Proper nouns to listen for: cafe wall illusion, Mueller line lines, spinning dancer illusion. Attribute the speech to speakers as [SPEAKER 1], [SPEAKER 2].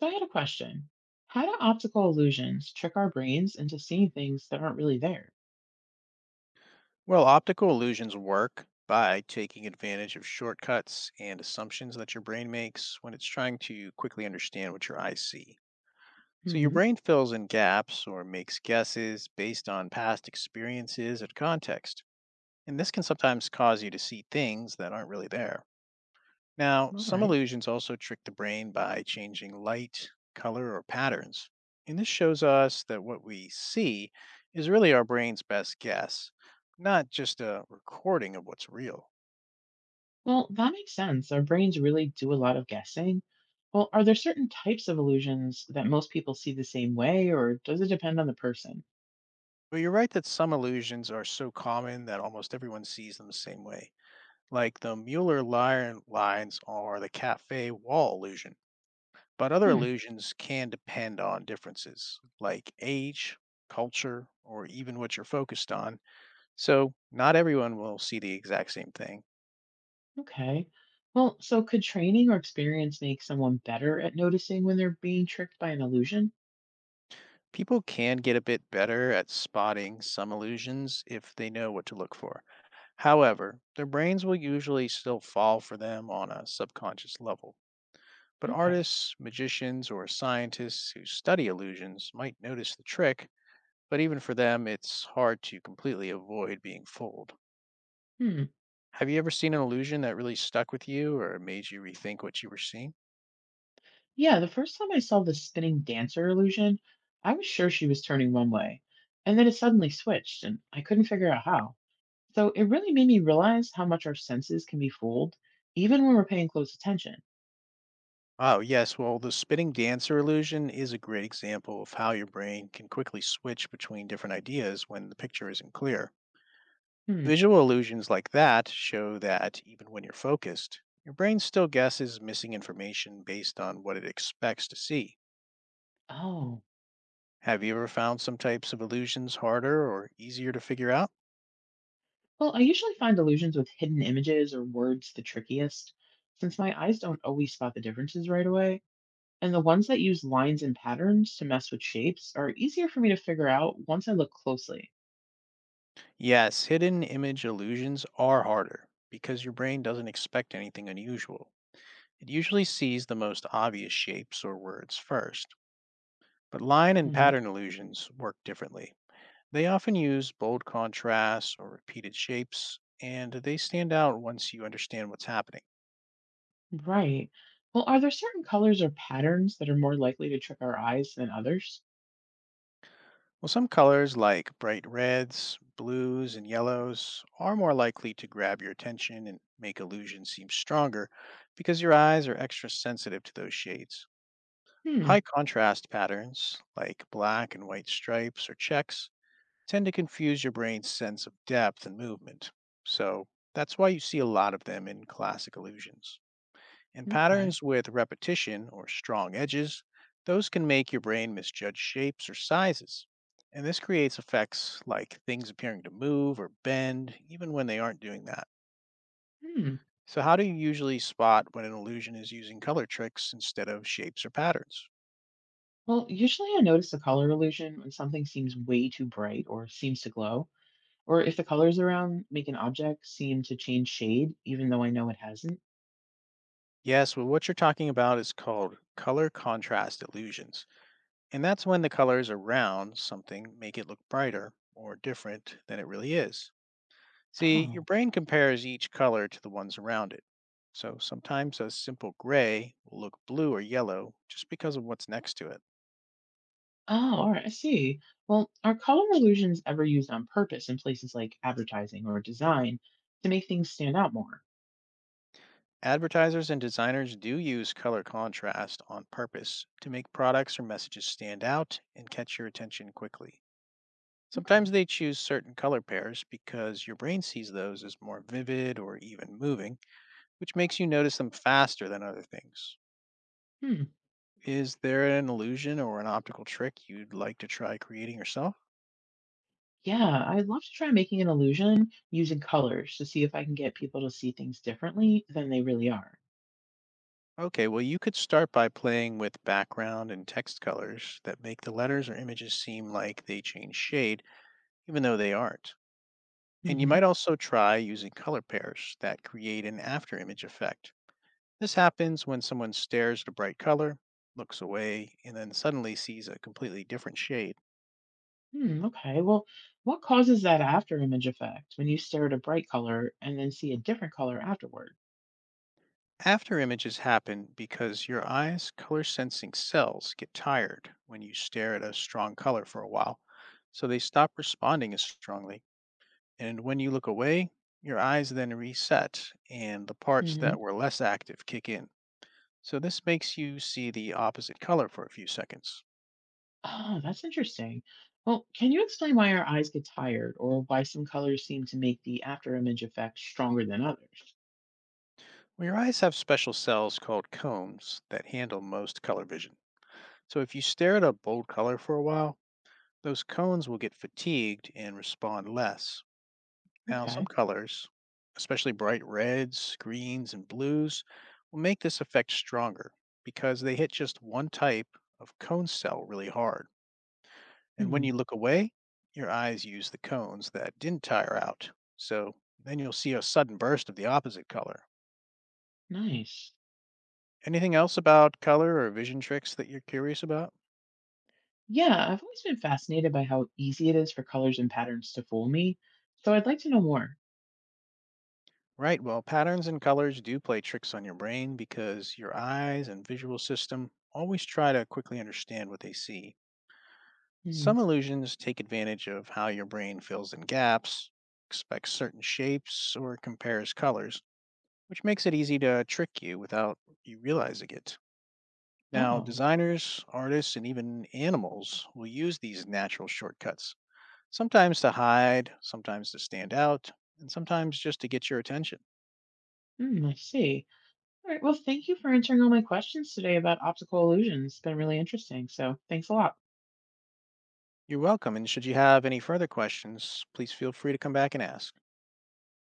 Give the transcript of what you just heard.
[SPEAKER 1] So I had a question. How do optical illusions trick our brains into seeing things that aren't really there?
[SPEAKER 2] Well, optical illusions work by taking advantage of shortcuts and assumptions that your brain makes when it's trying to quickly understand what your eyes see. So, your
[SPEAKER 1] Hmm.
[SPEAKER 2] brain fills in gaps or makes guesses based on past experiences and context. And this can sometimes cause you to see things that aren't really there. Now,
[SPEAKER 1] All
[SPEAKER 2] some
[SPEAKER 1] right.
[SPEAKER 2] illusions also trick the brain by changing light, color, or patterns. And this shows us that what we see is really our brain's best guess, not just a recording of what's real.
[SPEAKER 1] Well, that makes sense. Our brains really do a lot of guessing. Well, are there certain types of illusions that most people see the same way, or does it depend on the person?
[SPEAKER 2] But you're right that some illusions are so common that almost everyone sees them the same way, like the Mueller lines or the cafe wall illusion. But other
[SPEAKER 1] Hmm.
[SPEAKER 2] illusions can depend on differences, like age, culture, or even what you're focused on. So, not everyone will see the exact same thing.
[SPEAKER 1] Okay. Well, so could training or experience make someone better at noticing when they're being tricked by an illusion?
[SPEAKER 2] People can get a bit better at spotting some illusions if they know what to look for. However, their brains will usually still fall for them on a subconscious level. But
[SPEAKER 1] Okay.
[SPEAKER 2] artists, magicians, or scientists who study illusions might notice the trick, but even for them, it's hard to completely avoid being fooled.
[SPEAKER 1] Hmm.
[SPEAKER 2] Have you ever seen an illusion that really stuck with you or made you rethink what you were seeing?
[SPEAKER 1] Yeah, the first time I saw the spinning dancer illusion, I was sure she was turning one way, and then it suddenly switched, and I couldn't figure out how. So it really made me realize how much our senses can be fooled, even when we're paying close attention.
[SPEAKER 2] Oh, yes. Well, the spinning dancer illusion is a great example of how your brain can quickly switch between different ideas when the picture isn't clear.
[SPEAKER 1] Hmm.
[SPEAKER 2] Visual illusions like that show that even when you're focused, your brain still guesses missing information based on what it expects to see.
[SPEAKER 1] Oh.
[SPEAKER 2] Have you ever found some types of illusions harder or easier to figure out?
[SPEAKER 1] Well, I usually find illusions with hidden images or words the trickiest, since my eyes don't always spot the differences right away. And the ones that use lines and patterns to mess with shapes are easier for me to figure out once I look closely.
[SPEAKER 2] Yes, hidden image illusions are harder because your brain doesn't expect anything unusual. It usually sees the most obvious shapes or words first. But line and
[SPEAKER 1] Mhm.
[SPEAKER 2] pattern illusions work differently. They often use bold contrasts or repeated shapes, and they stand out once you understand what's happening.
[SPEAKER 1] Right. Well, are there certain colors or patterns that are more likely to trick our eyes than others?
[SPEAKER 2] Well, some colors like bright reds, blues, and yellows are more likely to grab your attention and make illusions seem stronger because your eyes are extra sensitive to those shades.
[SPEAKER 1] Hmm.
[SPEAKER 2] High contrast patterns like black and white stripes or checks tend to confuse your brain's sense of depth and movement. So that's why you see a lot of them in classic illusions. And
[SPEAKER 1] Okay.
[SPEAKER 2] patterns with repetition or strong edges, those can make your brain misjudge shapes or sizes. And this creates effects like things appearing to move or bend, even when they aren't doing that.
[SPEAKER 1] Hmm.
[SPEAKER 2] So, how do you usually spot when an illusion is using color tricks instead of shapes or patterns?
[SPEAKER 1] Well, usually I notice a color illusion when something seems way too bright or seems to glow, or if the colors around make an object seem to change shade, even though I know it hasn't.
[SPEAKER 2] Yes, well, what you're talking about is called color contrast illusions. And that's when the colors around something make it look brighter or different than it really is. See, your
[SPEAKER 1] Oh.
[SPEAKER 2] brain compares each color to the ones around it. So sometimes a simple gray will look blue or yellow just because of what's next to it.
[SPEAKER 1] Oh, all right. I see. Well, are color illusions ever used on purpose in places like advertising or design to make things stand out more?
[SPEAKER 2] Advertisers and designers do use color contrast on purpose to make products or messages stand out and catch your attention quickly. Sometimes
[SPEAKER 1] Okay.
[SPEAKER 2] they choose certain color pairs because your brain sees those as more vivid or even moving, which makes you notice them faster than other things.
[SPEAKER 1] Hmm.
[SPEAKER 2] Is there an illusion or an optical trick you'd like to try creating yourself?
[SPEAKER 1] Yeah, I love to try making an illusion using colors to see if I can get people to see things differently than they really are.
[SPEAKER 2] Okay, well, you could start by playing with background and text colors that make the letters or images seem like they change shade, even though they aren't. And you
[SPEAKER 1] Hmm.
[SPEAKER 2] might also try using color pairs that create an after image effect. This happens when someone stares at a bright color, looks away, and then suddenly sees a completely different shade.
[SPEAKER 1] Hmm, okay. Well, what causes that after image effect when you stare at a bright color and then see a different color afterward?
[SPEAKER 2] After images happen because your eye's color sensing cells get tired when you stare at a strong color for a while, so they stop responding as strongly. And when you look away, your eyes then reset and the parts
[SPEAKER 1] Hmm.
[SPEAKER 2] that were less active kick in. So this makes you see the opposite color for a few seconds.
[SPEAKER 1] Oh, that's interesting. Well, can you explain why our eyes get tired or why some colors seem to make the after image effect stronger than others?
[SPEAKER 2] Well, your eyes have special cells called cones that handle most color vision. So if you stare at a bold color for a while, those cones will get fatigued and respond less. Now, some
[SPEAKER 1] Okay.
[SPEAKER 2] colors, especially bright reds, greens, and blues, will make this effect stronger because they hit just one type of cone cell really hard. And when
[SPEAKER 1] Hmm,
[SPEAKER 2] you look away, your eyes use the cones that didn't tire out. So then you'll see a sudden burst of the opposite color.
[SPEAKER 1] nice.
[SPEAKER 2] Anything else about color or vision tricks that you're curious about?
[SPEAKER 1] Yeah, I've always been fascinated by how easy it is for colors and patterns to fool me, so I'd like to know more.
[SPEAKER 2] Right, well, patterns and colors do play tricks on your brain because your eyes and visual system always try to quickly understand what they see.
[SPEAKER 1] Hmm.
[SPEAKER 2] Some illusions take advantage of how your brain fills in gaps, expects certain shapes, or compares colors, which makes it easy to trick you without you realizing it. Now,
[SPEAKER 1] Oh,
[SPEAKER 2] designers, artists, and even animals will use these natural shortcuts, sometimes to hide, sometimes to stand out, and sometimes just to get your attention.
[SPEAKER 1] hmm, I see. All right, well, thank you for answering all my questions today about optical illusions. It's been really interesting, so thanks a lot.
[SPEAKER 2] You're welcome, and should you have any further questions, please feel free to come back and ask.